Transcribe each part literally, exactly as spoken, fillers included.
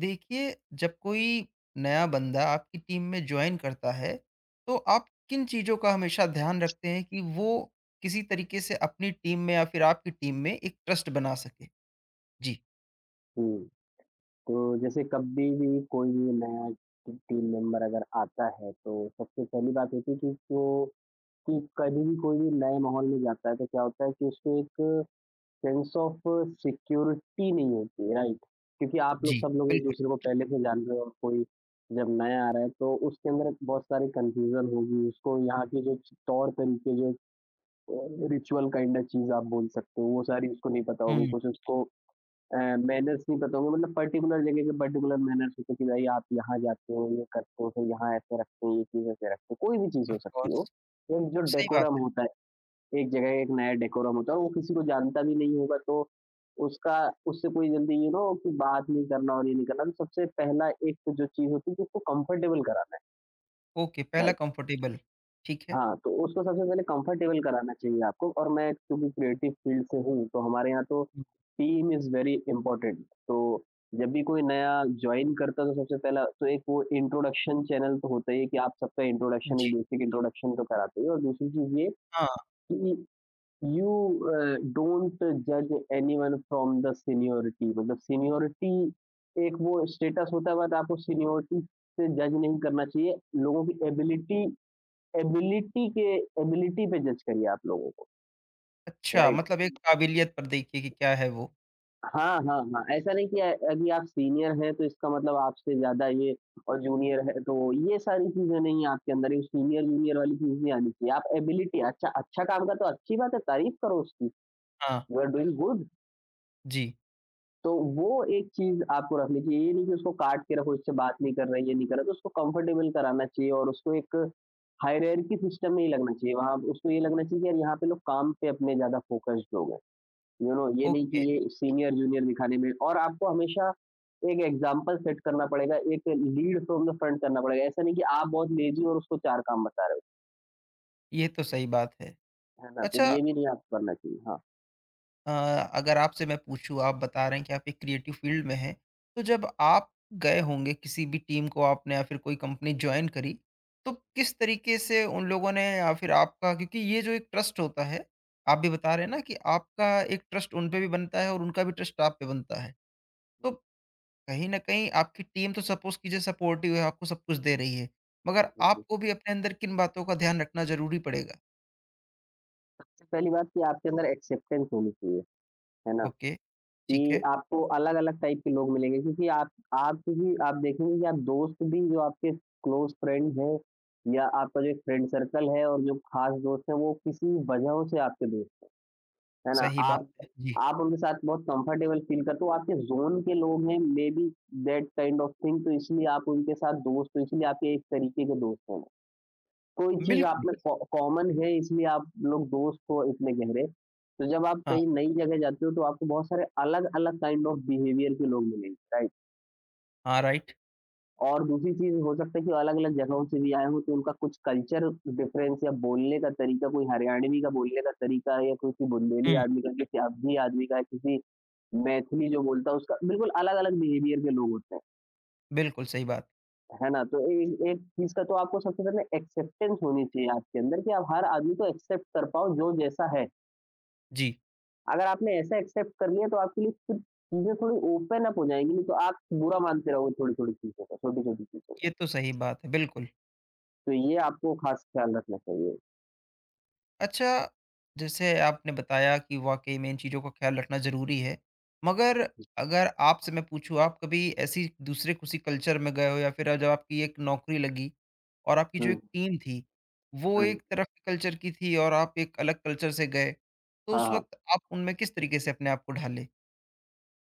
देखिए, जब कोई नया बंदा आपकी टीम में जॉइन करता है, तो आप किन चीज़ों का हमेशा ध्यान रखते हैं कि वो किसी तरीके से अपनी टीम में या फिर आपकी टीम में एक ट्रस्ट बना सके? जी। हुँ, तो जैसे कभी भी कोई भी नया टी टीम मेंबर अगर आता है, तो सबसे पहली बात होती है कि उसको कि कभी भी कोई भी नए माहौल में जाता है, तो क्या होता है कि उसको एक सेंस ऑफ सिक्योरिटी नहीं होती है, राइट? क्योंकि आप लोग जी। सब लोग बिल्कुल। एक-दूसरे को पहले से जान रहे हो और कोई जब नया आ रहा है, तो उसके अंदर बहुत सारी कन्फ्यूज़न होगी, उसको यहाँ के जो च तौर-तरीके, जो अ, रिचुअल काइंड ऑफ चीज़ आप बोल सकते हो, वो सारी उसको नहीं पता होगी, हुँ। कुछ उसको अ, मैनर्स नहीं पता होंगे। मतलब पर्टिकुलर जगह के पर्टिकुलर मैनर्स होते हैं कि भाई आप यहाँ जाते हो, ये करते हो, फिर यहाँ ऐसे रखते हो, ये चीज़ ऐसे रखते हो। कोई भी चीज़ हो ऑफ़ सकती हो। कोर्स। एक जो सही बात डेकोरम है। होता है, एक जगह एक नया डेकोरम होता है और वो किसी को जानता भी नहीं होगा तो उसका उससे कोई जल्दी ये ना हो कि बात नहीं करना और ये नहीं करना। तो सबसे पहला एक जो चीज़ होती है कि उसको कम्फ़र्टेबल कराना है। ओके, पहला राइट। कंफर्टेबल, ठीक है। हाँ, तो उसको सबसे पहले कंफर्टेबल कराना चाहिए आपको। और मैं क्योंकि क्रिएटिव फील्ड से हूँ, तो हमारे यहाँ तो हुँ। Team is very important. तो जब भी कोई नया जॉइन करता है, तो सबसे पहला तो एक वो इंट्रोडक्शन चैनल तो होता ही है कि आप सबका इंट्रोडक्शन, एक जी। बेसिक इंट्रोडक्शन तो कराते ही हो। और दूसरी चीज़ ये हाँ, कि यू अ, डोंट जज एनीवन फ्रॉम द सीनियॉरिटी। मतलब सीनियॉरिटी एक वो स्टेटस होता है, बट आपको सीनियॉरिटी से जज नहीं करना चाहिए। लोगों की एबिलिटी एबिलिटी के एबिलिटी पे जज करिए आप लोगों को, अच्छा राइट? मतलब एक काबिलियत पर देखिए कि क्या है वो। हाँ, हाँ, हाँ, ऐसा नहीं कि अ, अभी आप सीनियर हैं तो इसका मतलब आपसे ज़्यादा ये और जूनियर है तो ये सारी चीज़ें नहीं। आपके अंदर ये सीनियर-जूनियर वाली चीज़ नहीं आनी चाहिए। आप एबिलिटी अच्छा अच्छा काम का तो अच्छी बात है, तारीफ़ करो उसकी, हाँ, यू आर डूइंग गुड। जी। तो वो एक चीज़ आपको रखनी चाहिए, ये नहीं कि उसको काट के रखो, इससे बात नहीं कर रहा, है, ये नहीं कर रहा, तो उसको कंफर्टेबल कराना चाहिए। और उसको एक हायरार्की सिस्टम में ही लगना चाहिए। वहाँ उसको ये लगना चाहिए कि यार यहाँ पे लोग काम पे अपने ज़्यादा फ़ोकस्ड लोग हैं। यू नो ये नहीं कि ओके, ये सीनियर जूनियर दिखाने में। और आपको हमेशा एक एग्जाम्पल सेट करना पड़ेगा, एक लीड फ्रॉम द फ्रंट करना पड़ेगा। ऐसा नहीं कि आप बहुत लेजी और उसको चार काम बता रहे ये तो सही बात है। हो, है ना? तो अच्छा। ये भी नहीं आपको करना चाहिए। हाँ। अ, अगर आपसे मैं पूछूँ आप बता रहे हैं कि आप एक क्रिएटिव फील्ड में हैं, तो जब आप गए होंगे किसी भी टीम को आपने या फिर कोई कंपनी जॉइन करी, तो किस तरीके से उन लोगों ने या फिर आपका, क्योंकि ये जो एक ट्रस्ट होता है, आप भी बता रहे हैं ना कि आपका एक ट्रस्ट उन पे भी बनता है और उनका भी ट्रस्ट आप पे बनता है। तो कहीं न कहीं आपकी टीम तो सपोज़ कीजिए सपोर्टिव है, आपको सब कुछ दे रही है, हाँ, मगर हाँ, हाँ। आपको भी अपने अंदर किन बातों का ध्यान रखना ज़रूरी पड़ेगा? सबसे पहली बात कि आपके अंदर एक्सेप्टेंस होनी चाहिए, है ना? ओके, कि ठीक है, आपको अलग अलग टाइप के लोग मिलेंगे। क्योंकि आप आप भी आप देखेंगे कि आप दोस्त भी जो आपके क्लोज फ्रेंड हैं या आपका जो फ्रेंड सर्कल है और जो खास दोस्त हैं वो किसी वजहों से आपके दोस्त, है ना? सही बात आप है। जी, आप उनके साथ बहुत कंफर्टेबल फ़ील करते हो, आपके ज़ोन के लोग हैं maybe, that kind of thing. तो इसलिए आप उनके साथ दोस्त हो, इसलिए आपके एक तरीके के दोस्त हैं। कोई चीज़ आप बिल्कुल, में कॉ कॉमन है इसलिए आप लोग दोस्त हो इतने गहरे। तो जब आप हाँ। कहीं नई जगह जाते हो तो आपको बहुत सारे अलग-अलग काइंड ऑफ बिहेवियर के लोग मिलेंगे, राइट? हाँ, राइट। और दूसरी चीज़ हो सकता है कि वो अलग-अलग जगहों से भी आए हों, तो उनका कुछ कल्चर डिफरेंस या बोलने का तरीका, कोई हरियाणवी का बोलने का तरीका है या किसी बुंदेली हुँ, आदमी का, किसी अवधी आदमी का, किसी मैथिली जो बोलता है उसका, बिल्कुल अलग-अलग बिहेवियर के लोग होते हैं, बिल्कुल सही बात। है ना? तो ए एक चीज़ का तो आपको सबसे पहले एक्सेप्टेंस होनी चाहिए आपके अंदर कि आप हर आदमी को एक्सेप्ट कर पाओ जो जैसा है। जी। अगर आपने ऐसा एक्सेप्ट कर लिया तो आपके लिए फिर चीज़ें थोड़ी ओपन अप हो जाएँगी, नहीं तो आप बुरा मानते रहोगे थोड़ी-थोड़ी चीज़ों का, छोटी-छोटी चीज़ों का। ये तो सही बात है, बिल्कुल। तो ये आपको खास ख्याल रखना चाहिए। अच्छा, जैसे आपने बताया कि वाक़ई में इन चीज़ों का ख़्याल रखना ज़रूरी है, मगर हुँ, अगर आपसे मैं पूछूँ, आप कभी ऐसी दूसरे किसी कल्चर में गए हो या फिर जब आपकी एक नौकरी लगी और आपकी जो हुँ, एक टीम थी, वो हुँ। एक तरफ के कल्चर की थी और आप एक अलग कल्चर से गए, तो हाँ, उस हाँ। वक़्त आप उनमें किस तरीके से अपने आप को ढाले?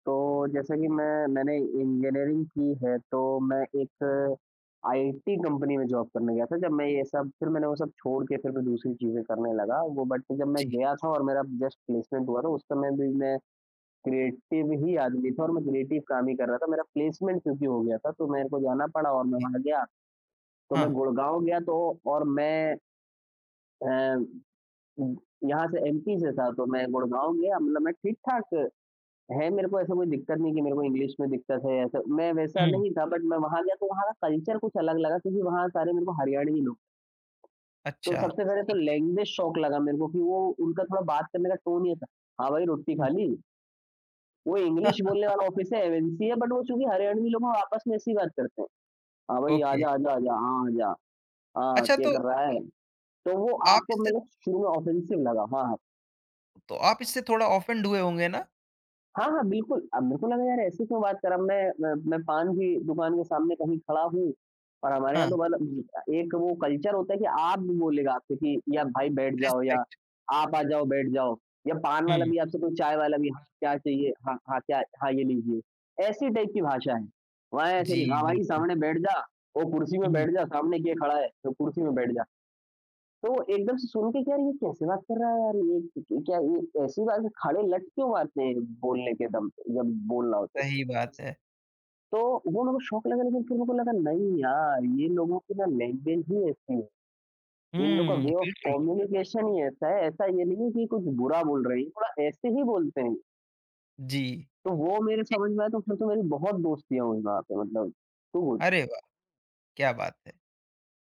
तो जैसे कि मैं मैंने इंजीनियरिंग की है तो मैं एक आई टी कंपनी में जॉब करने गया था। जब मैं ये सब, फिर मैंने वो सब छोड़ के फिर मैं दूसरी चीज़ें करने लगा वो, बट जब मैं जी। गया था और मेरा जस्ट प्लेसमेंट हुआ था उस समय भी मैं क्रिएटिव ही आदमी था और मैं क्रिएटिव काम ही कर रहा था। मेरा प्लेसमेंट क्योंकि हो गया था तो मेरे को जाना पड़ा और मैं ओके, वहाँ गया। तो मैं हाँ। गुड़गाँव गया। तो और मैं अ, यहाँ से एम पी से था तो मैं गुड़गाँव गया। मतलब मैं ठीक-ठाक है, मेरे को ऐसा कोई दिक्कत नहीं कि मेरे को इंग्लिश में दिक्कत है, ऐसा मैं वैसा हुँ। नहीं था। बट मैं वहाँ गया तो वहाँ का कल्चर कुछ अलग लगा क्योंकि वहाँ सारे मेरे को हरियाणवी लोग। तो अच्छा, सबसे पहले तो ठीक है। लैंग्वेज शॉक लगा मेरे को कि वो उनका थोड़ा बात करने का टोन ये था, "हाँ भाई रोटी खा हुँ। ली?" वो इंग्लिश बोलने वाला ऑफिस है, एम एन सी है, बट वो चूँकि हरियाणवी लोग हैं वो आपस में ऐसी बात करते हैं। "हाँ भाई ओके। आजा, आजा, आजा, हाँ आजा, हाँ अच्छा, क्या तो कर रहा है?" तो वो आप आपको इससे, मेरे को शुरू में ऑफेंसिव लगा। हाँ, तो आप इससे थोड़ा ऑफेंड हुए होंगे ना? हाँ, हाँ, बिल्कुल। अब मेरे को लगा यार ऐसी क्यों बात कर। अब मैं मैं मैं पान की दुकान के सामने कहीं खड़ा हूँ और हमारे यहाँ हाँ, तो मतलब एक वो कल्चर होता है कि आप भी बोलेगा आपसे कि या भाई बैठ जाओ या रिस्पेक्ट। आप आ जाओ बैठ जाओ, या पान वाला हुँ। भी आपसे कोई चाय वाला भी, हाँ, क्या चाहिए? हाँ, हाँ, क्या हाँ, ये लीजिए। ऐसी टाइप की भाषा है। वहाँ ऐसे जी, नहीं, हाँ भाई बिल्कुल। सामने बैठ जा, वो कुर्सी में हुँ। बैठ जा, सामने के खड़ा है, तो कुर्सी में बैठ जा। तो एकदम से सुन के कि यार ये कैसे बात कर रहा है, यार ये क्या, ये ऐसी बात खड़े लट क्यों मारते हैं बोलने के दम पे, जब बोलना हो तो। सही बात है। तो वो मेरे को शौक लगा, लेकिन फिर मेरे को लगा नहीं यार ये लोगों की ना लैंग्वेज ही ऐसी है, इन लोगों का हुँ, वे ऑफ बिल्कुल। कम्युनिकेशन ही ऐसा है। ऐसा ये नहीं है कि कुछ बुरा बोल रहे हैं, थोड़ा ऐसे ही बोलते हैं। जी। तो वो मेरे ठीक। समझ में आया, तो फिर तो मेरी बहुत दोस्तियां हुई वहां पे। मतलब टू गुड। अरे वाह! क्या बात है।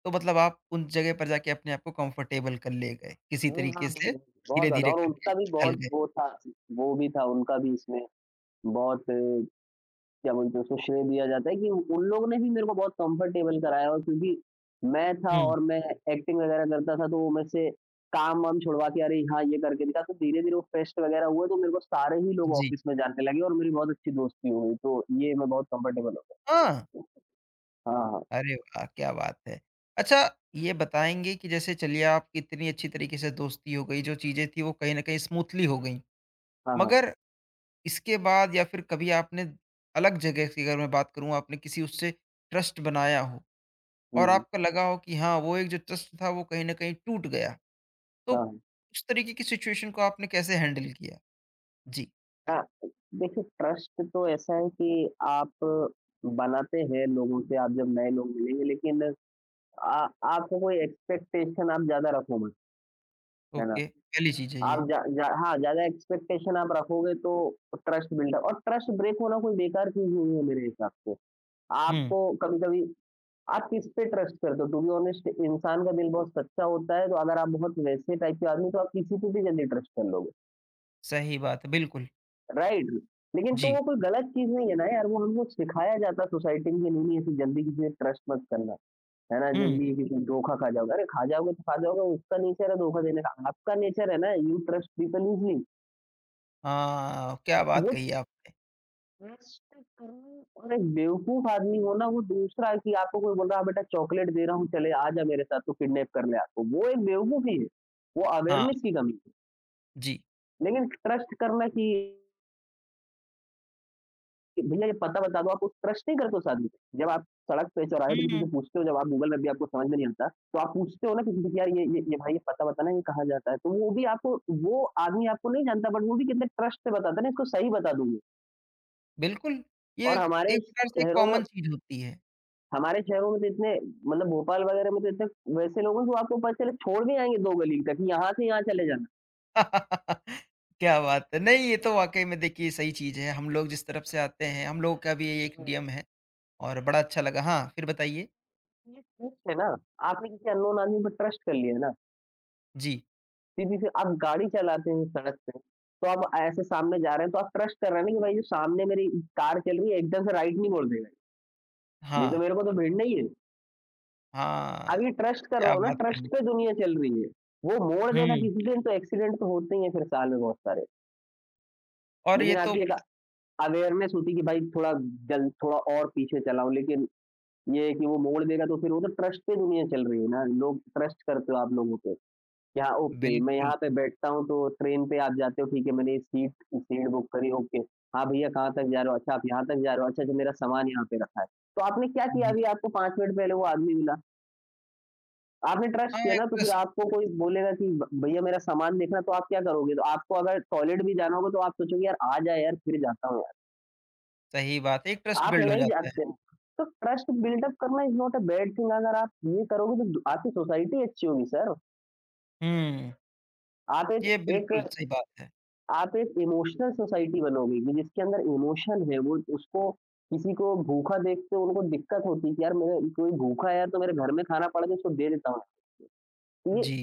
तो मतलब आप उन जगह पर जाके अपने आप को कंफर्टेबल कर ले गए, किसी हम्म, हम्म, तरीके से हम्म। बहुत ज्यादा। धीरे-धीरे और करके उनका भी ढल बहुत गए। वो था, वो भी था उनका भी इसमें बहुत, क्या बोलते हैं उसको, श्रेय दिया जाता है कि उन लोगों ने भी मेरे को बहुत कंफर्टेबल कराया। और क्योंकि मैं था हुँ। और मैं एक्टिंग वगैरह करता था तो वो मेरे से काम वाम छुड़वा के अरे हाँ ये करके दिखा, तो धीरे-धीरे वो फेस्ट वगैरह हुए तो मेरे को सारे ही लोग जी। ऑफ़िस में जानने लगे और मेरी बहुत अच्छी दोस्ती हो गई। तो ये मैं बहुत कंफर्टेबल हो गया। हाँ, हाँ, हाँ। अरे वाह! क्या बात है। अच्छा, ये बताएँगे कि जैसे चलिए आपकी इतनी अच्छी तरीके से दोस्ती हो गई, जो चीज़ें थी वो कहीं न कहीं स्मूथली हो गई। हाँ, हाँ। मगर इसके बाद या फिर कभी आपने अलग जगह की अगर मैं बात करूँ, आपने किसी उससे ट्रस्ट बनाया हो हुँ, और हुँ। आपको लगा हो कि हाँ वो एक जो ट्रस्ट था वो कहीं ना कहीं टूट गया, तो हाँ, हाँ। उस तरीके की सिचुएशन को आपने कैसे हैंडल किया? जी। हाँ, देखिए ट्रस्ट तो ऐसा है कि आप बनाते हैं लोगों से, आप जब नए लोग मिलेंगे। लेकिन आ आपको कोई एक्सपेक्टेशन आप ज़्यादा रखो मत, है ना? ओके, पहली चीज है ये। आप जा जा हाँ, ज़्यादा एक्सपेक्टेशन आप रखोगे तो। ट्रस्ट बिल्डअप और ट्रस्ट ब्रेक होना कोई बेकार चीज़ नहीं है मेरे हिसाब से। हम्म। आपको कभी-कभी आप किस पे ट्रस्ट करते हो? टू बी ऑनेस्ट इंसान का दिल बहुत सच्चा होता है, तो अगर आप बहुत वैसे टाइप के आदमी हो, तो आप किसी पे भी जल्दी ट्रस्ट कर लोगे, सही बात है बिल्कुल। राइट? लेकिन तो जी। वो कोई गलत चीज़ नहीं है ना यार। वो हमको सिखाया जाता है सोसाइटी में कि नहीं-नहीं ऐसी जल्दी किसी पे ट्रस्ट मत करना, है ना? हम्म। जल्दी किसी पे धोखा खा जाओगे। अरे खा जाओगे तो खा जाओगे, उसका नेचर है धोखा देने का, आपका नेचर है ना, यू ट्रस्ट पीपल ईज़िली। हाँ, क्या बात वो कही आपने। वेस्ट करने अरे बेवकूफ़ आदमी हो ना वो दूसरा कि आपको कोई बोल रहा है "हाँ बेटा चॉकलेट दे रहा हूँ चले आ जा मेरे साथ" तू किडनैप कर ले आपको, वो एक बेवकूफ़ी है, वो हाँ। अवेयरनेस की कमी है। जी। लेकिन ट्रस्ट करना कि भैया ये पता बता दो, आप उस ट्रस्ट नहीं करते उस आदमी पे। जब आप सड़क पे चौराहे पे किसी से हम्म। पूछते हो, जब आप गूगल मैप भी आपको समझ में नहीं आता, तो आप पूछते हो ना किसी से कि यार ये ये ये भाई ये पता बताना, ये कहाँ जाता है? तो वो भी आपको वो आदमी आपको नहीं जानता, बट वो भी कितने ट्रस्ट से बताता है ना, इसको सही बता दूँगी। बिल्कुल। ये और एक हमारे एक प्रकार से एक शहरों में कॉमन चीज होती है। हमारे शहरों में तो इतने, मतलब भोपाल वगैरह में तो इतने वैसे लोग हैं जो आपको पता चले छोड़ भी आएँगे दो गली तक, यहाँ से यहाँ चले जाना। क्या बात है! नहीं, ये तो वाक़ई में देखिए सही चीज़ है। हम लोग जिस तरफ से आते हैं, हम लोगों का भी ये एक हुँ। नियम है और बड़ा अच्छा लगा। हाँ, फिर बताइए? ये ट्रस्ट है ना, आपने किसी अननोन आदमी पे ट्रस्ट कर लिया ना। जी। सीधी-सी आप गाड़ी चलाते हैं सड़क पे, तो आप ऐसे सामने जा रहे हैं, तो आप ट्रस्ट कर रहे हैं ना कि भाई जो सामने मेरी कार चल रही है एकदम से राइट नहीं मोड़ देगा, नहीं तो हाँ, मेरे को तो भिड़ना ही है। अब हाँ, ये ट्रस्ट कर रहे क्या हो ना, बात ट्रस्ट कही। पे दुनिया चल रही है। वो मोड़ देगा हुँ, किसी दिन, तो एक्सीडेंट तो होते ही हैं फिर साल में बहुत सारे। और ये लेकिन तो आपकी एक अवेयरनेस होती कि भाई थोड़ा, जल थोड़ा और पीछे चलाओ, लेकिन ये है कि वो मोड़ देगा, तो फिर वो तो ट्रस्ट पे दुनिया चल रही है ना, लोग ट्रस्ट करते हो आप लोगों पे। यहाँ ओके, मैं बिल्कुल। यहाँ पे बैठता हूँ, तो ट्रेन पे आप जाते हो, ठीक है, मैंने ये सीट सीट बुक करी, ओके। हाँ भैया, कहाँ तक जा रहे हो? अच्छा, आप यहाँ तक जा रहे हो? अच्छा, अच्छा, मेरा सामान यहाँ पे रखा है। तो आपने क्या किया, जी। अभी आपको पाँच मिनट पहले वो आदमी मिला, आपने ट्रस्ट हाँ, किया एक ना। तो फिर ट्रस्ट, आपको कोई बोलेगा कि भ भैया मेरा सामान देखना, तो आप क्या करोगे? तो आपको अगर टॉयलेट भी जाना होगा, तो आप सोचोगे यार आ जाए यार, फिर जाता हूँ। सही बात है, एक ट्रस्ट आप बिल्ड हो नहीं जाता है। जानते हो। तो ट्रस्ट बिल्ड अप करना is not a bad thing. अगर आप ये करोगे तो आपकी सोसाइटी अच्छी होगी सर। हुँ, आप एक ये एक बिल्कुल सही बात है। आप एक इमोशनल सोसाइटी बनोगे, कि जिसके अंदर इमोशन है वो उसको, किसी को भूखा देख के उनको दिक्कत होती है कि यार मेरे कोई भूखा है यार, तो मेरे घर में खाना पड़ा, तो इसको दे देता हूँ। ये जी।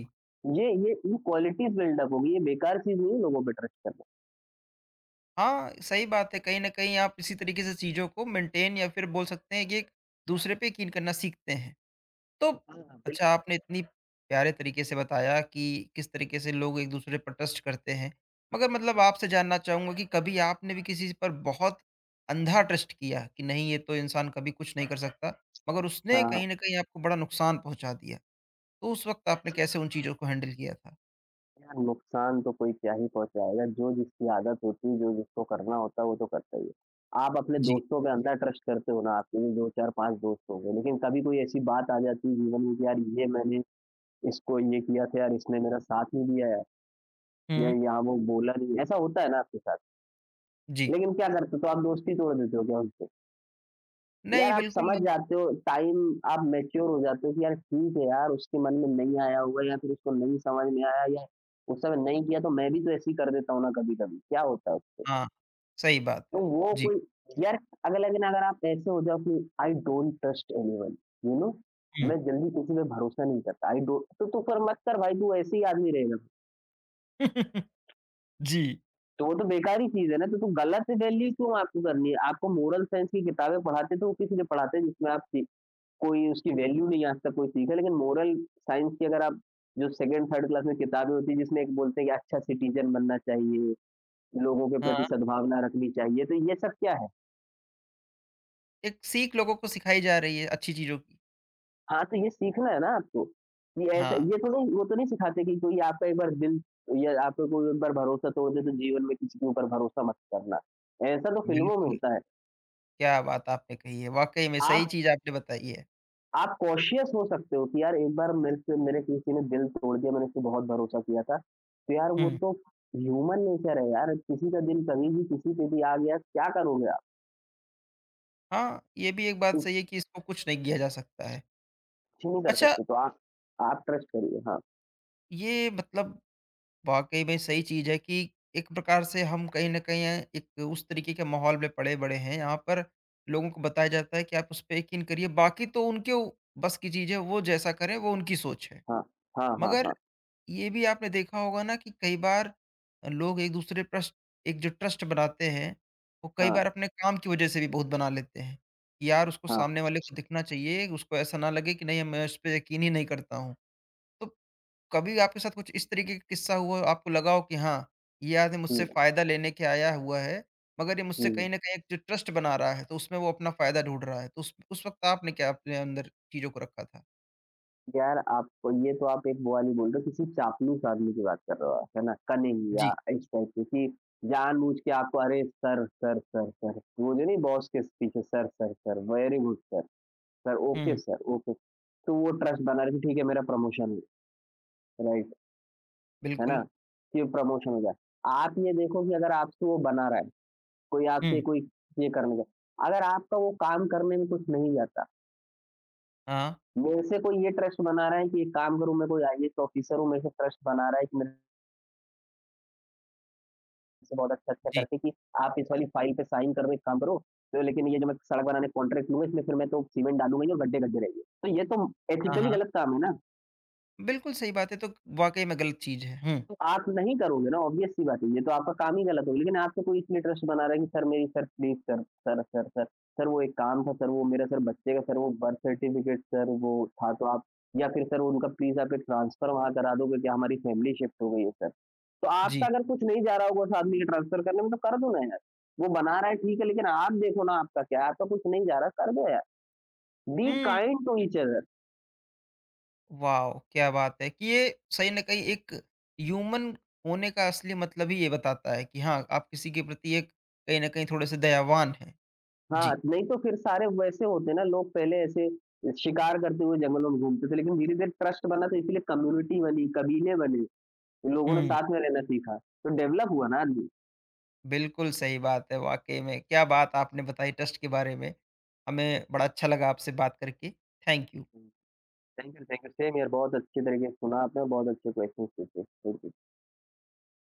ये ये ये क्वालिटीज़ बिल्ड अप होगी, ये बेकार चीज़ नहीं है लोगों पे ट्रस्ट करना। हाँ, सही बात है। कहीं न कहीं आप इसी तरीके से चीज़ों को मेंटेन या फिर बोल सकते हैं कि एक दूसरे पे यकीन करना सीखते हैं। तो हाँ, हाँ, अच्छा बिल्कुल। आपने इतनी प्यारे तरीके से बताया कि किस तरीके से लोग एक दूसरे पर ट्रस्ट करते हैं। मगर हुँ, मतलब हुँ, हुँ। आपसे जानना चाहूँगा कि कभी आपने भी किसी पर बहुत अंधा ट्रस्ट किया कि नहीं ये तो इंसान कभी कुछ नहीं कर सकता, मगर उसने हाँ। कहीं न कहीं आपको बड़ा नुकसान पहुँचा दिया। तो उस वक़्त आपने कैसे उन चीज़ों को हैंडल किया था? यार नुकसान तो कोई क्या ही पहुँचाएगा, जो जिसकी आदत होती है, जो जिसको करना होता है, वो तो करता ही है। आप अपने जी। दोस्तों पे अंधा ट्रस्ट करते हो ना, आपके भी दो, चार, पाँच दोस्त होंगे, लेकिन कभी कोई ऐसी बात आ जाती है जीवन में कि यार ये मैंने इसको ये किया था यार, इसने मेरा साथ नहीं दिया है, या हुँ, यहाँ वो बोला नहीं, ऐसा होता है ना आपके साथ? जी। लेकिन क्या करते हो, तो आप दोस्ती तोड़ देते हो क्या उनसे? यार नहीं, आप बिल्कुल समझ नहीं। जाते हो टाइम, आप मैच्योर हो जाते हो कि यार ठीक है यार, उसके मन में नहीं आया होगा, या फिर उसको नहीं समझ में आया, या उस समय नहीं किया, तो मैं भी तो ऐसे ही कर देता हूँ ना कभी कभी, क्या होता है उससे। हाँ, सही बात तो है। वो जी। कोई, यार अगर, लेकिन अगर आप ऐसे हो जाओ कि I don't trust anyone, you know हुँ। मैं जल्दी किसी पे भरोसा नहीं करता, आई डोंट, तो तू फिर मत कर भाई, तू ऐसे ही आदमी रहेगा। जी। तो वो तो बेकार ही चीज है ना, तो तू गलत वैल्यू क्यों आपको करनी है? आपको मोरल साइंस की किताबें पढ़ाते, तो वो किस लिए पढ़ाते हैं? जिसमें आप, कोई उसकी वैल्यू नहीं आज तक कोई सीखा, लेकिन मोरल साइंस की अगर आप, जो सेकंड थर्ड क्लास में किताबें होती है, जिसमें एक बोलते हैं कि अच्छा सिटीजन बनना चाहिए, लोगों के प्रति हाँ, सद्भावना रखनी चाहिए, तो ये सब क्या है? एक सीख लोगों को सिखाई जा रही है अच्छी चीज़ों की। हाँ, तो ये सीखना है ना आपको, कि ऐसा हाँ, ये तो नहीं वो तो नहीं सिखाते कि कोई आपका एक बार दिल, या आपका कोई एक बार भरोसा तोड़ दे तो जीवन में किसी के ऊपर भरोसा मत करना। ऐसा तो फ़िल्मों में बिल्कुल। होता है। क्या बात आपने कही है! वाक़ई में सही आप चीज़ आपने बताई है। आप कॉशियस हो सकते हो कि यार एक बार मेरे से मेरे किसी ने दिल तोड़ दिया, मैंने इस पे बहुत भरोसा किया था। तो यार वो हुँ। तो ह्यूमन नेचर है यार, किसी का दिल कभी भी किसी पे भी आ गया, क्या करोगे आप? हाँ, ये भी एक बात कुछ सही है कि इसको कुछ नहीं किया जा सकता है। नहीं कर अच्छा, सकते, तो आप आप ट्रस्ट करिए। हाँ, ये मतलब वाक़ई में सही चीज़ है कि एक प्रकार से हम कहीं न कहीं अ, एक उस तरीके के माहौल में पले-बड़े हैं, यहाँ पर लोगों को बताया जाता है कि आप उस पे यकीन करिए, बाकी तो उनके उ बस की चीज़ है, वो जैसा करें, वो उनकी सोच है। हाँ, हाँ, हाँ, मगर हाँ, ये भी आपने देखा होगा ना कि कई बार लोग एक-दूसरे ट्रस्ट, एक जो ट्रस्ट बनाते हैं, वो कई हाँ, बार अपने काम की वज़ह से भी बहुत बना लेते हैं। कि यार उसको हाँ, सामने वाले को दिखना चाहिए, उसको ऐसा ना लगे कि नहीं मैं उस पे यकीन ही नहीं करता हूँ। तो कभी आपके साथ कुछ इस तरीके का किस्सा हुआ हो, आपको लगा हो कि हाँ, ये आदमी हुँ, मुझसे फ़ायदा लेने के आया हुआ है, मगर ये मुझसे हुँ। कहीं न कहीं एक जो ट्रस्ट बना रहा है, तो उसमें वो अपना फ़ायदा ढूँढ रहा है। तो उस उस वक़्त आपने क्या अपने अंदर चीज़ों को रखा था? यार आपको, ये तो आप एक वो वाली बोल रहे हो, किसी चापलूस आदमी की बात कर रहे हो आप, है ना? कनिंग जी। या इस टाइप की, कि जानबूझ के आपको, अरे सर, सर, सर, सर, वो जो नहीं, बॉस के पीछे sir, sir, sir, very good sir. Sir, okay हुँ, सर, ओके। तो वो ट्रस्ट बना रहे कि ठीक है, मेरा प्रमोशन है, राइट, है बिल्कुल। ना? कि प्रमोशन हो जाए। आप ये देखो कि अगर आपसे वो बना रहा है, कोई आपसे हुँ, कोई ये करने का, अगर आपका वो काम करने में कुछ नहीं जाता, हाँ। मेरे से कोई ये ट्रस्ट बना रहा है कि एक काम करूँ, मैं कोई आईएएस ऑफिसर हूँ, मेरे से ट्रस्ट बना रहा है कि मेरे से बहुत अच्छा-अच्छा जी। करके कि आप इस वाली फाइल पे साइन कर दो, एक काम करो, तो लेकिन ये जो मैं सड़क बनाने का कॉन्ट्रैक्ट लूँगा, इसमें फिर मैं तो सीमेंट डालूँगा ही और गड्ढे-गड्ढे रहेंगे। तो ये तो हाँ, एथिकली हाँ। गलत काम है ना? बिल्कुल सही बात है, तो वाक़ई में गलत चीज़ है। हुँ, आप नहीं करोगे ना, ऑब्वियस सी बात है, ये तो आपका काम ही गलत होगा। लेकिन आपका कोई इसलिए ट्रस्ट बना रहा है कि सर मेरी sir please sir, sir, sir, sir, sir वो एक काम था सर, वो मेरा सर बच्चे का सर वो बर्थ सर्टिफ़िकेट सर वो था, तो आप, या फिर सर उनका प्लीज़ आप एक ट्रांसफ़र वहाँ करा दो, क्योंकि हमारी फ़ैमिली शिफ्ट हो गई है सर। तो आपका जी। अगर कुछ नहीं जा रहा होगा उस आदमी के ट्रांसफ़र करने में, तो कर दो ना यार। वो बना रहा है ठीक है, लेकिन आप देखो ना, आपका क्या है, आपका कुछ नहीं जा रहा, कर दो यार। बी हुँ। Kind to each other. Wow! क्या बात है कि ये सही न कहीं एक ह्यूमन होने का असली मतलब ही ये बताता है कि हाँ, आप किसी के प्रति एक कहीं न कहीं थोड़े-से दयावान हैं। हाँ, जी। नहीं तो फिर सारे वैसे होते हैं ना लोग, पहले ऐसे शिकार करते हुए जंगलों में घूमते थे, लेकिन धीरे-धीरे ट्रस्ट बना, तो इसीलिए कम्युनिटी बनी, कबीले बने, लोगों ने हुँ। साथ में रहना सीखा, तो डेवलप हुआ ना आदमी। बिल्कुल सही बात है वाक़ई में, क्या बात आपने बताई ट्रस्ट के बारे में। हमें बड़ा अच्छा लगा आपसे बात करके। Thank you. Thank you, thank you, same here, बहुत अच्छे तरीके से सुना आपने, बहुत अच्छे क्वेश्चन पूछे। Thank you.